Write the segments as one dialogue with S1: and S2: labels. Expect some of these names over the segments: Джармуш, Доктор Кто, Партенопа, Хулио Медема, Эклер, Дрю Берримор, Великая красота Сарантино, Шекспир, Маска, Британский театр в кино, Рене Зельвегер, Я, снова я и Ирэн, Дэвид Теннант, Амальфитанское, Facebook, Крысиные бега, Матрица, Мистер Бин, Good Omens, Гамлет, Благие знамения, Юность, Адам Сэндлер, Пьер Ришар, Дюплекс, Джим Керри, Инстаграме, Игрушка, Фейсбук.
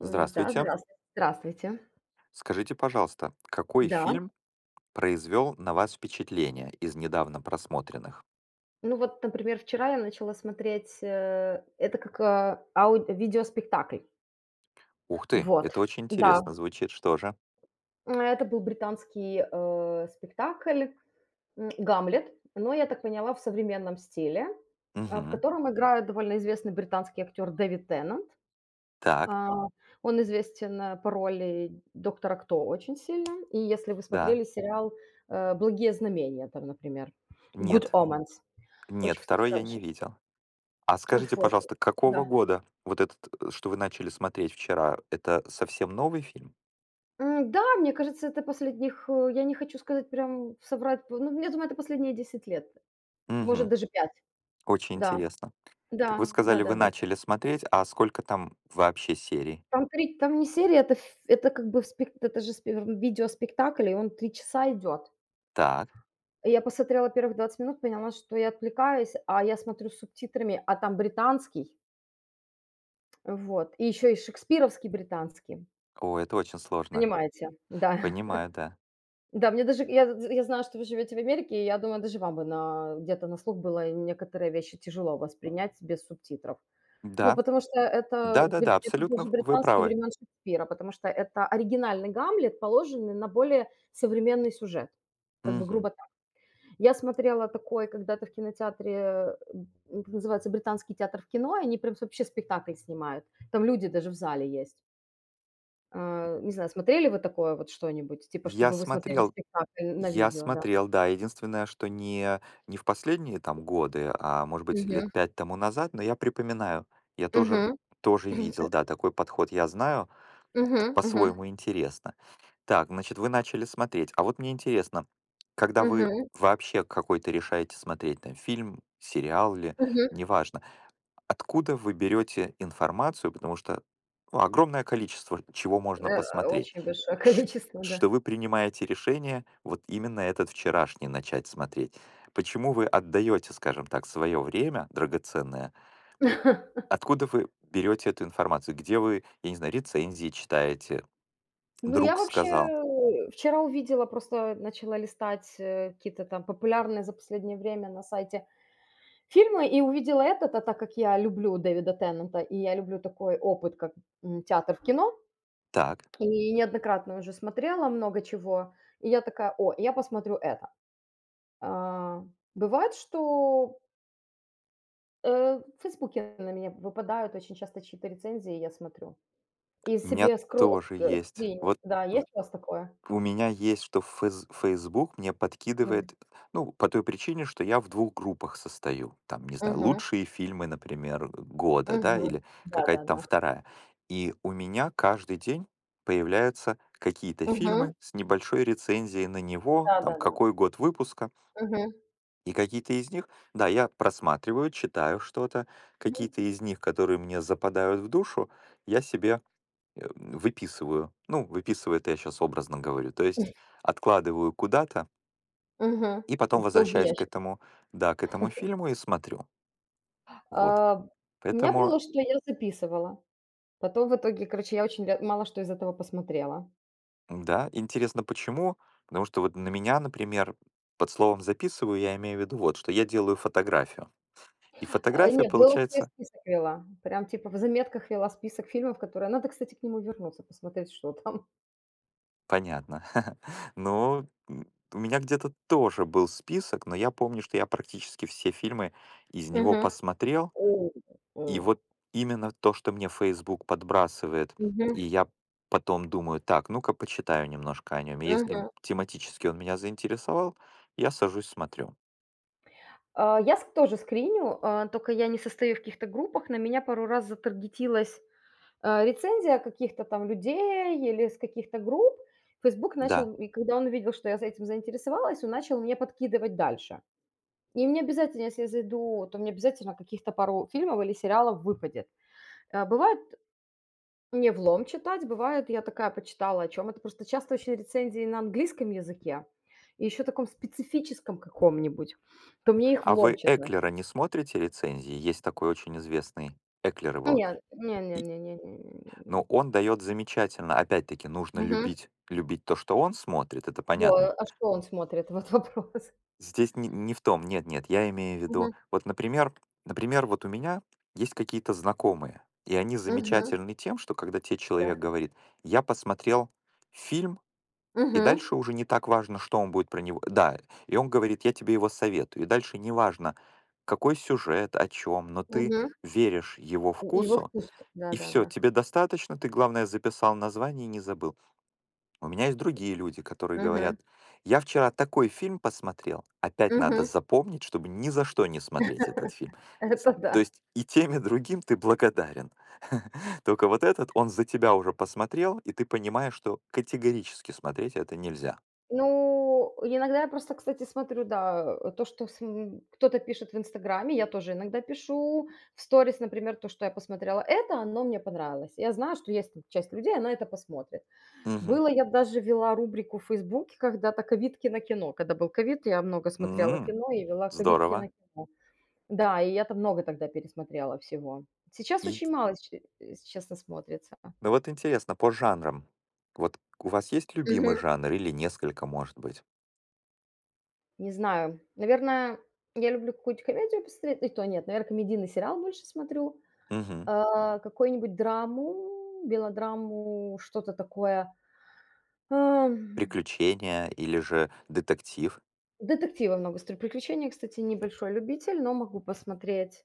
S1: М, да,
S2: Здравствуйте.
S1: здравствуй здравствуйте.
S2: Скажите, пожалуйста, какой
S1: Да.
S2: фильм произвел на вас впечатление из недавно просмотренных?
S1: Ну вот, например, вчера я начала смотреть, это как, аудь видеоспектакль.
S2: Ух ты,
S1: Вот.
S2: это очень
S1: Да.
S2: интересно звучит, что же?
S1: Это был британский, спектакль, "Гамлет", но, я так поняла, в современном стиле, в
S2: Мгм.
S1: котором играет довольно известный британский актер Дэвид Теннант.
S2: Так,
S1: А, он известен, по роли доктора Кто очень сильно. И если вы
S2: да.
S1: смотрели сериал, "Благие знамения", там, например, "Good
S2: Нет,
S1: Omens".
S2: нет,
S1: Очень, кстати,
S2: второй я не
S1: хороший.
S2: видел. А скажите,
S1: Вот,
S2: пожалуйста, какого
S1: да.
S2: года вот этот, что вы начали смотреть вчера, это совсем новый фильм?
S1: Да, мне кажется, это последних, я не хочу сказать, прям соврать, ну, я думаю, это последние 10 лет, может,
S2: Угу.
S1: даже 5.
S2: Очень
S1: Да,
S2: интересно. Так
S1: да,
S2: вы сказали, вы
S1: да-да-да.
S2: начали смотреть, а сколько там вообще серий?
S1: Там 3, там не серия, это ф это же спе видеоспектакль, и он 3 часа идет.
S2: Так.
S1: И я посмотрела первых 20 минут, поняла, что я отвлекаюсь, а я смотрю с субтитрами, а там британский, вот, и еще и шекспировский британский.
S2: О, это очень сложно.
S1: Понимаете? Да.
S2: Понимаю, да.
S1: Да, мне даже я знаю, что вы живете в Америке, и я думаю, даже вам бы на где-то на слух было некоторые вещи тяжело воспринять без субтитров. Ну,
S2: Да.
S1: потому что это брит
S2: Да-да-да,
S1: это
S2: абсолютно
S1: даже
S2: в вы
S1: британский
S2: правы.
S1: времен Шекспира, потому что это оригинальный "Гамлет", положенный на более современный сюжет, как бы
S2: Мгм.
S1: грубо так. Я смотрела такой когда-то в кинотеатре, это называется "Британский театр в кино", и они прям вообще спектакль снимают. Там люди даже в зале есть. Не знаю, смотрели вы такое вот что-нибудь, типа,
S2: Я
S1: чтобы вы смотрели
S2: смотрел
S1: спектакль на
S2: я
S1: видео, да?
S2: смотрел, да. Единственное, что не в последние там годы, а может быть
S1: Мгм.
S2: лет 5 тому назад, но я припоминаю, я тоже
S1: Мгм.
S2: тоже видел, да, такой подход я знаю. Т
S1: Мгм. Мгм.
S2: по-своему интересно. Так, значит, вы начали смотреть. А вот мне интересно, когда вы
S1: Мгм.
S2: вообще какой-то решаете смотреть там фильм, сериал ли,
S1: Мгм.
S2: неважно, откуда вы берете информацию? Потому что, ну, огромное количество чего можно посмотреть.
S1: Очень большое
S2: ш-
S1: количество, да.
S2: что вы принимаете решение вот именно этот вчерашний начать смотреть. Почему вы отдаете, скажем так, свое время драгоценное? Откуда вы берете эту информацию? Где вы, я не знаю, рецензии читаете?
S1: Ну, я
S2: Друг
S1: вообще,
S2: сказал.
S1: вчера увидела, просто начала листать, какие-то там популярные за последнее время на сайте фильмы и увидела этот, а так как я люблю Дэвида Теннанта, и я люблю такой опыт, как, театр в кино,
S2: Так,
S1: и неоднократно уже смотрела много чего, и я такая: "О, я посмотрю это". А, Бывает, что. В "Фейсбуке" на меня выпадают очень часто чьи-то рецензии, я смотрю. И
S2: у меня
S1: себе скро.
S2: тоже есть. Вот.
S1: Да, есть у вас такое?
S2: У меня есть, что фэз "Фейсбук" мне
S1: Мгм.
S2: подкидывает, ну, по той причине, что я в двух группах состою. Там, не знаю,
S1: Мгм.
S2: лучшие фильмы, например, года, да,
S1: Мгм.
S2: или какая-то там
S1: Да-да-да.
S2: вторая. И у меня каждый день появляются какие-то
S1: Мгм.
S2: фильмы с небольшой рецензией на него, там,
S1: Да-да-да.
S2: какой год выпуска.
S1: Мгм.
S2: И какие-то из них, да, я просматриваю, читаю что-то.
S1: Мгм.
S2: Какие-то из них, которые мне западают в душу, я себе выписываю. Ну, выписываю — это я сейчас образно говорю. То есть откладываю куда-то
S1: Мгм.
S2: и потом
S1: В долгий
S2: возвращаюсь к
S1: ящик.
S2: этому, да, к этому фильму и смотрю. Вот.
S1: А, у меня
S2: Поэтому,
S1: было, что я записывала. Потом в итоге, короче, я очень ля мало что из этого посмотрела.
S2: да, интересно почему. Потому что вот на меня, например, под словом "записываю" я имею в виду вот что: я делаю фотографию. И фотография
S1: Не, было, что я
S2: получается
S1: список вела. Прям типа в заметках вела список фильмов, которые надо, кстати, к нему вернуться, посмотреть, что там.
S2: понятно. Но, у меня где-то тоже был список, но я помню, что я практически все фильмы из
S1: Мгм.
S2: него посмотрел.
S1: М,
S2: И
S1: м.
S2: вот именно то, что мне Facebook подбрасывает,
S1: Мгм,
S2: и я потом думаю: "Так, ну-ка почитаю немножко о нем. И если
S1: мгм.
S2: тематически он меня заинтересовал, я сажусь, смотрю.
S1: Я ск тоже скриню, тока я не состою в каких-то группах. На меня пару раз затаргетилась, рецензия каких-то там людей или с каких-то групп. "Фейсбук"
S2: Да.
S1: начал, и когда он увидел, что я за этим заинтересовалась, он начал мне подкидывать дальше. И мне обязательно, если я зайду, то мне обязательно каких-то пару фильмов или сериалов выпадет. Бывает. Не влом читать, бывает, я такая почитала, о чем это. Просто часто очень рецензии на английском языке и еще таком специфическом каком-нибудь, то мне их
S2: А
S1: влом
S2: вы
S1: читать.
S2: Эклера не смотрите рецензии? Есть такой очень известный, Эклер его.
S1: Нет, не не
S2: И
S1: не не не не не не.
S2: но он дает замечательно. Опять-таки нужно
S1: Мгм.
S2: любить то, что он смотрит, это
S1: Во,
S2: понятно.
S1: а что он смотрит? Вот вопрос.
S2: Здесь не в том, нет, нет, я имею в
S1: Мгм.
S2: виду, вот, например, вот у меня есть какие-то знакомые, и они
S1: Мгм.
S2: замечательны тем, что когда те
S1: Да.
S2: человек говорит: "Я посмотрел фильм", и
S1: Мгм.
S2: дальше уже не так важно, что он будет про него да, и он говорит: "Я тебе его советую". И дальше не важно какой сюжет, о чем, но ты
S1: Мгм.
S2: веришь его
S1: Его
S2: вкусу,
S1: вкус.
S2: и все,
S1: Да-да-да.
S2: тебе достаточно, ты, главное, записал название и не забыл. У меня есть другие люди, которые
S1: Мгм.
S2: говорят: "Я вчера такой фильм посмотрел". Опять надо
S1: Мгм.
S2: запомнить, чтобы ни за что не смотреть этот фильм. С
S1: Это
S2: То
S1: да.
S2: есть и тем, и другим ты благодарен. Только вот этот, он за тебя уже посмотрел, и ты понимаешь, что категорически смотреть это нельзя.
S1: Ну, иногда я просто, кстати, смотрю, да, то, что с кто-то пишет в "Инстаграме", я тоже иногда пишу в сторис, например, то, что я посмотрела это, оно мне понравилось. Я знаю, что есть там часть людей, она это посмотрит.
S2: Мгм.
S1: Было, я даже вела рубрику в "Фейсбуке" когда-то "Ковид кино". Когда был ковид, я много смотрела
S2: М,
S1: кино и вела "Ковид
S2: Здорово.
S1: кино-кино". Да, и я там много тогда пересмотрела всего. Сейчас
S2: И
S1: очень мало, честно, смотрится.
S2: ну вот интересно, по жанрам. Вот у вас есть любимый жанр или несколько, может быть?
S1: Не знаю. Наверное, я люблю какую-нибудь комедию посмотреть. Ну, и то нет, наверное, комедийный сериал больше смотрю.
S2: Мгм.
S1: Какую-нибудь драму, белодраму, что-то такое. Ам,
S2: Приключения или же детектив?
S1: Детективы много смотрю. Приключения, кстати, небольшой любитель, но могу посмотреть.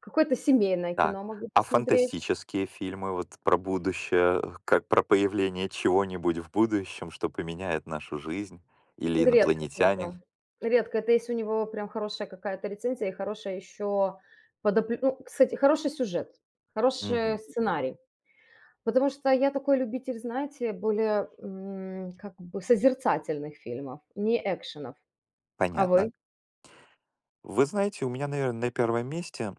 S1: Какое-то семейное
S2: Так.
S1: кино могу
S2: А
S1: посмотреть.
S2: фантастические фильмы вот про будущее, как про появление чего-нибудь в будущем, что поменяет нашу жизнь, или
S1: Редко
S2: инопланетяне?
S1: смотрю. Редко. Это если у него прям хорошая какая-то рецензия и хорошая еще Ну, кстати, хороший сюжет, хороший
S2: Мгм.
S1: сценарий. Потому что я такой любитель, знаете, более, как бы созерцательных фильмов, не экшенов. А
S2: Понятно.
S1: вы?
S2: Вы знаете, у меня, наверное, на первом месте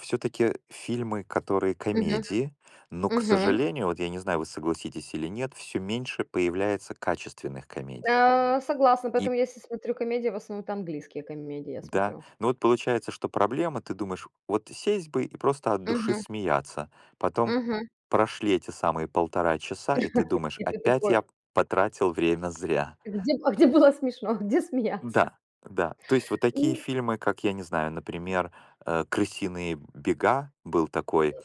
S2: все-таки фильмы, которые
S1: Мгм,
S2: комедии, но, к
S1: мгм.
S2: сожалению, вот я не знаю, вы согласитесь или нет, все меньше появляется качественных комедий.
S1: Согласна,
S2: И
S1: поэтому я если смотрю комедии, в основном это английские комедии я
S2: Да.
S1: смотрю.
S2: Ну вот получается, что проблема, ты думаешь, вот сесть бы и просто от души
S1: Мгм,
S2: смеяться. Потом
S1: мгм.
S2: прошли эти самые полтора часа, и ты думаешь,
S1: И ты
S2: опять
S1: такой:
S2: я потратил время зря.
S1: "Где, а где было смешно, а где смеяться?"
S2: Да, да. То есть вот такие
S1: Ну,
S2: фильмы, как, я не знаю, например, «Крысиные бега» был такой.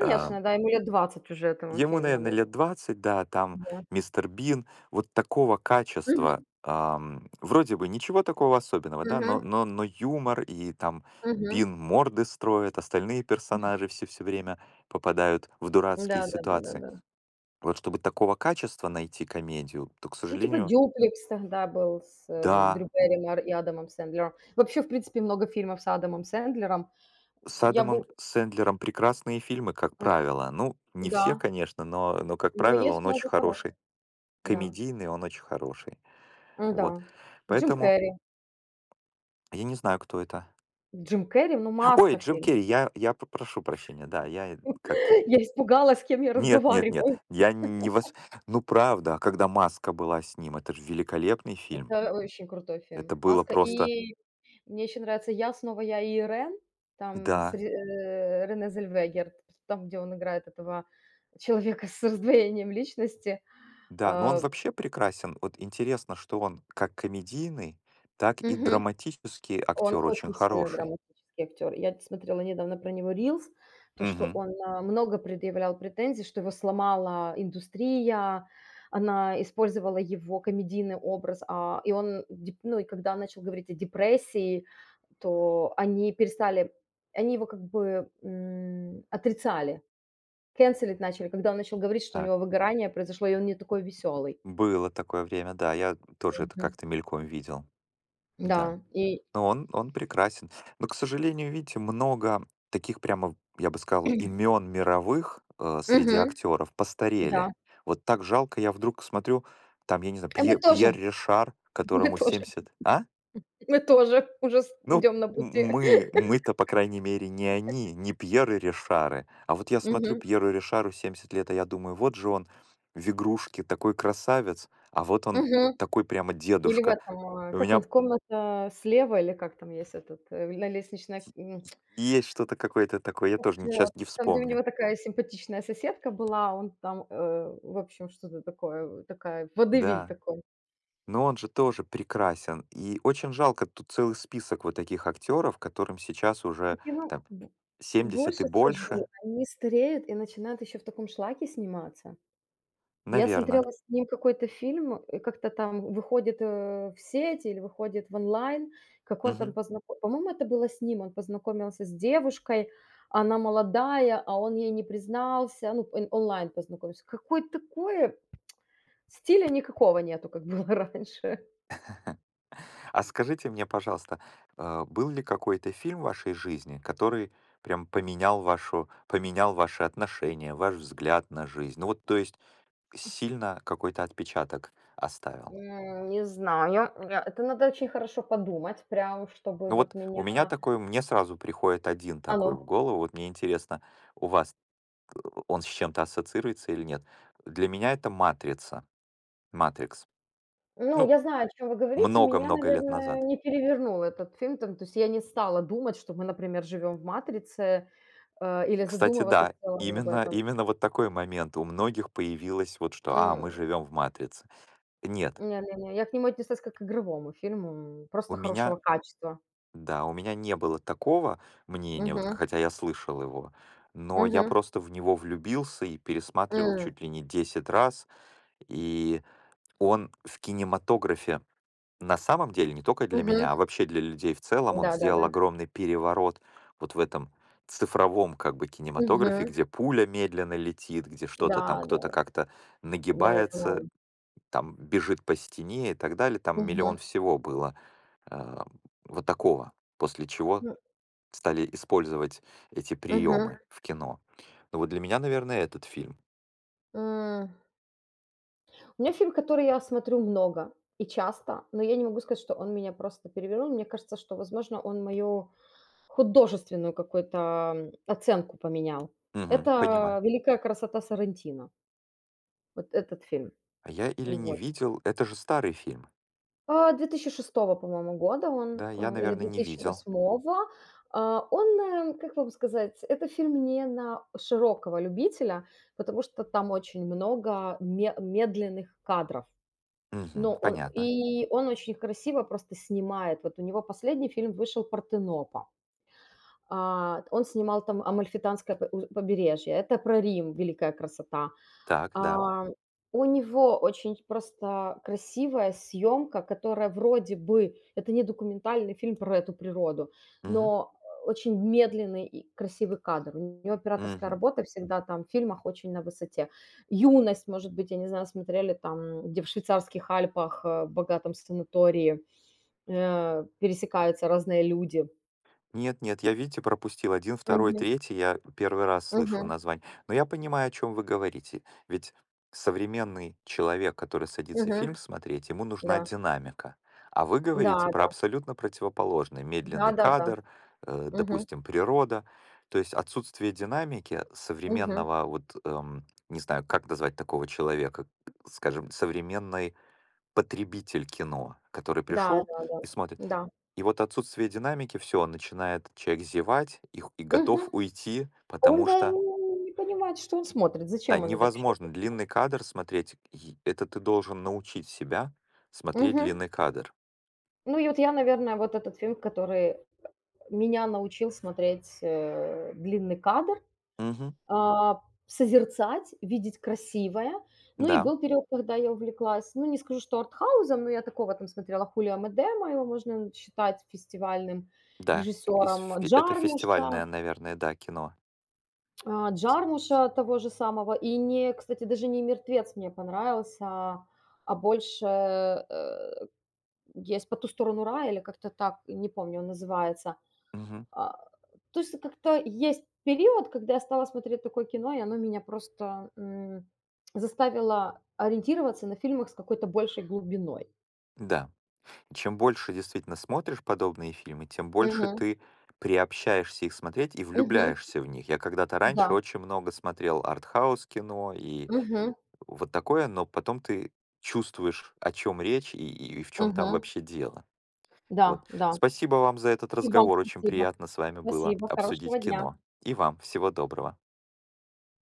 S2: э,
S1: да, ему лет 20 уже этому
S2: Ему,
S1: фильму,
S2: наверное,
S1: ну
S2: лет 20, да, там
S1: да.
S2: "Мистер Бин", вот такого
S1: Мгм,
S2: качества. Вроде бы ничего такого особенного, да,
S1: мгм,
S2: но но юмор и там
S1: мгм.
S2: Бин морды строит, остальные персонажи все время попадают в дурацкие ситуации.
S1: Да-да-да-да-да.
S2: Вот чтобы такого качества найти комедию, то, к
S1: Ну, типа
S2: сожалению.
S1: "Дюплекс" тогда был с, Дрю
S2: Да,
S1: Берримор и Адамом Сэндлером. Вообще, в принципе, много фильмов с Адамом Сэндлером.
S2: с
S1: Я
S2: Адамом
S1: был,
S2: Сэндлером прекрасные фильмы, как
S1: м,
S2: правило. Ну, не
S1: да,
S2: все, конечно, но как
S1: но
S2: правило,
S1: есть
S2: он очень
S1: много хороших,
S2: хороший.
S1: да.
S2: Комедийный, он очень хороший.
S1: М-да.
S2: Вот.
S1: Джим
S2: Поэтому.
S1: Керри.
S2: А я не знаю, кто это.
S1: Джим Керри, ну,
S2: Ой,
S1: "Маска"
S2: Джим
S1: фильм.
S2: Керри, я п прошу прощения, да, я, как-то.
S1: Я испугалась, с кем я
S2: Нет, нет, нет,
S1: разговариваю.
S2: я не вас. Ну, правда, когда "Маска" была с ним, это же великолепный фильм.
S1: Это очень крутой фильм.
S2: Это было
S1: "Маска".
S2: просто.
S1: И мне еще нравится "Я, снова я и Ирэн", там с
S2: Да,
S1: Рене Зельвегер, там, где он играет этого человека с раздвоением личности.
S2: да, но он
S1: Э
S2: вообще прекрасен. Вот интересно, что он как комедийный, так и
S1: Мгм.
S2: драматический
S1: Он
S2: актер очень
S1: очень сильно
S2: хороший.
S1: драматический актер. Я смотрела недавно про него рилс, то, что
S2: Мгм.
S1: он, много предъявлял претензий, что его сломала индустрия, она использовала его комедийный образ, и он деп ну, и когда он начал говорить о депрессии, то они перестали, они его как бы, отрицали, кэнселить начали, когда он начал говорить, что у
S2: Так.
S1: него выгорание произошло, и он не такой веселый.
S2: Было такое время, да, я тоже это
S1: Мгм.
S2: как-то мельком видел. Да.
S1: Да, и.
S2: Но он прекрасен. Но, к сожалению, видите, много таких прямо, я бы сказал, имен мировых, среди
S1: Мгм,
S2: актеров
S1: да.
S2: постарели. Вот так жалко, я вдруг смотрю, там, я не знаю,
S1: И мы
S2: Пье
S1: тоже
S2: Пьер Ришар,
S1: Мы
S2: которому
S1: тоже,
S2: 70, а?
S1: мы тоже уже с
S2: Ну,
S1: идём на
S2: м
S1: пути.
S2: мы мы-то, по крайней мере, не они, не Пьеры Ришары. А вот я смотрю,
S1: Мгм,
S2: Пьеру Ришару 70 лет, а я думаю, вот же он в "Игрушке" такой красавец, а вот он
S1: мгм.
S2: такой прямо
S1: Или в
S2: дедушка.
S1: этом,
S2: У
S1: как
S2: меня
S1: он, "Комната слева", или как там есть этот, на лестничной,
S2: есть что-то какое-то такое, я
S1: как
S2: тоже
S1: это,
S2: сейчас не
S1: там, где у
S2: вспомню.
S1: него такая симпатичная соседка была, он там, в общем, что-то такое, такая водевиль
S2: Да,
S1: такой.
S2: но он же тоже прекрасен. И очень жалко, тут целый список вот таких актеров, которым сейчас уже
S1: Так. Я ну,
S2: там
S1: б
S2: 70 и
S1: Больше скажу,
S2: больше,
S1: они стареют и начинают еще в таком шлаке сниматься. Я
S2: наверное.
S1: смотрела с ним какой-то фильм, и как-то там выходит, в сеть или выходит в онлайн, как он там познакомился. По-моему, это было с ним, он познакомился с девушкой, она молодая, а он ей не признался, ну, он онлайн познакомился. Какое такое, стиля никакого нету, как было раньше.
S2: А скажите мне, пожалуйста, был ли какой-то фильм в вашей жизни, который прям поменял вашу, поменял ваши отношения, ваш взгляд на жизнь? Ну вот, то есть сильно какой-то отпечаток оставил.
S1: Не знаю, это надо очень хорошо подумать, прям чтобы
S2: Ну
S1: вот
S2: вот у меня
S1: меня
S2: такой, мне сразу приходит один такой
S1: оно.
S2: в голову. Вот мне интересно, у вас он с чем-то ассоциируется или нет. Для меня это матрица, матрикс.
S1: Ну,
S2: Ну,
S1: я знаю, о чем вы говорите. Меня,
S2: много-много лет
S1: наверное,
S2: назад.
S1: не перевернул этот фильм. Там, то есть я не стала думать, что мы, например, живем в "Матрице", или
S2: Кстати,
S1: задумываться
S2: да,
S1: в целом об
S2: именно,
S1: этом.
S2: именно вот такой момент. У многих появилось вот что, мы
S1: М,
S2: живем в матрице. Нет,
S1: Не не не, я к нему отнеслась как к игровому фильму,
S2: у
S1: просто
S2: меня,
S1: хорошего качества.
S2: да, у меня не было такого мнения, вот,
S1: Мгм,
S2: хотя я слышал его. Но я
S1: мгм,
S2: просто в него влюбился и пересматривал
S1: м,
S2: чуть ли не 10 раз. И он в кинематографе. На самом деле, не только для
S1: мгм.
S2: меня, а вообще для людей в целом, он сделал
S1: Да-да-да.
S2: огромный переворот вот в этом цифровом как бы кинематографе,
S1: Мгм.
S2: где пуля медленно летит, где что-то там,
S1: Да, да,
S2: кто-то как-то
S1: да, я
S2: нагибается,
S1: поняла.
S2: там бежит по стене и так далее. Там
S1: Мгм,
S2: миллион всего было э, вот такого, после чего
S1: м,
S2: стали использовать эти
S1: мгм,
S2: приемы в кино. Ну вот для меня, наверное, этот фильм.
S1: м. У меня фильм, который я смотрю много и часто, но я не могу сказать, что он меня просто перевернул. Мне кажется, что, возможно, он мою художественную какую-то, оценку поменял.
S2: Мгм,
S1: Это
S2: понимаю.
S1: "Великая красота Сарантино", вот этот фильм.
S2: А я или не
S1: Вот.
S2: видел, это же старый фильм.
S1: 2006, по-моему, года он,
S2: Да, я,
S1: или
S2: наверное, не видел.
S1: 2008. Он, как вам сказать, это фильм не на широкого любителя, потому что там очень много ме медленных кадров.
S2: Мгм,
S1: Но он
S2: понятно.
S1: и он очень красиво просто снимает. Вот у него последний фильм вышел "Партенопа". Он снимал там Амальфитанское по у побережье. Это про Рим, "Великая красота".
S2: Так, да.
S1: А, у него очень просто красивая съемка, которая вроде бы это не документальный фильм про эту природу,
S2: Мгм.
S1: но очень медленный и красивый кадр. У него операторская
S2: Мгм.
S1: работа всегда там в фильмах очень на высоте. "Юность", может быть, я не знаю, смотрели там, где в швейцарских Альпах, в богатом санатории, пересекаются разные люди.
S2: Нет, нет, я, видите, пропустил один, второй,
S1: Мгм,
S2: третий. Я первый раз слышу
S1: мгм,
S2: название. Но я понимаю, о чем вы говорите. Ведь современный человек, который садится
S1: мгм.
S2: фильм смотреть, ему нужна
S1: Да,
S2: динамика. А вы говорите про
S1: да-да,
S2: абсолютно противоположный медленный
S1: да-да-да.
S2: кадр,
S1: Мгм,
S2: допустим, природа. То есть отсутствие динамики
S1: мгм.
S2: современного, вот, не знаю, как назвать такого человека, скажем, современный потребитель кино, который
S1: Да,
S2: пришел
S1: да, да,
S2: и смотрит.
S1: да.
S2: И вот отсутствие динамики, все начинает человек зевать и готов
S1: Мгм.
S2: уйти,
S1: Он
S2: потому
S1: да, н
S2: что,
S1: не понимает, что он смотрит,
S2: да,
S1: зачем он вообще.
S2: невозможно длинный кадр смотреть. И это ты должен научить себя смотреть
S1: Мгм.
S2: длинный кадр.
S1: Ну и вот я, наверное, вот этот фильм, который меня научил смотреть, длинный кадр,
S2: Мгм.
S1: а, созерцать, видеть красивое. Ну и
S2: Да,
S1: был период, когда я увлеклась, ну, не скажу, что Артхаузом, но я такого там смотрела Хулио Медема, его можно считать фестивальным
S2: да. Из
S1: режиссером,
S2: фе это
S1: Джармуша.
S2: фестивальное, наверное, да, кино.
S1: Джармуша того же самого. И не, кстати, даже не мертвец мне понравился, а больше, есть по ту сторону рая или как-то так, не помню, он называется.
S2: Мгм.
S1: А, То есть как-то есть период, когда я стала смотреть такое кино, и оно меня просто, заставило ориентироваться на фильмах с какой-то большей глубиной.
S2: Да. Чем больше действительно смотришь подобные фильмы, тем больше
S1: Мгм.
S2: ты приобщаешься их смотреть и
S1: Мгм.
S2: влюбляешься в них. Я когда-то
S1: Да.
S2: раньше очень много смотрел артхаус кино и
S1: Мгм.
S2: вот такое, но потом ты чувствуешь, о чем речь и в чем там
S1: Мгм.
S2: вообще дело. Вот.
S1: Да, да.
S2: Спасибо вам за этот
S1: И вам
S2: разговор. Очень
S1: спасибо.
S2: приятно с вами было
S1: Спасибо. Хорошего
S2: обсудить
S1: дня.
S2: кино. И вам всего доброго.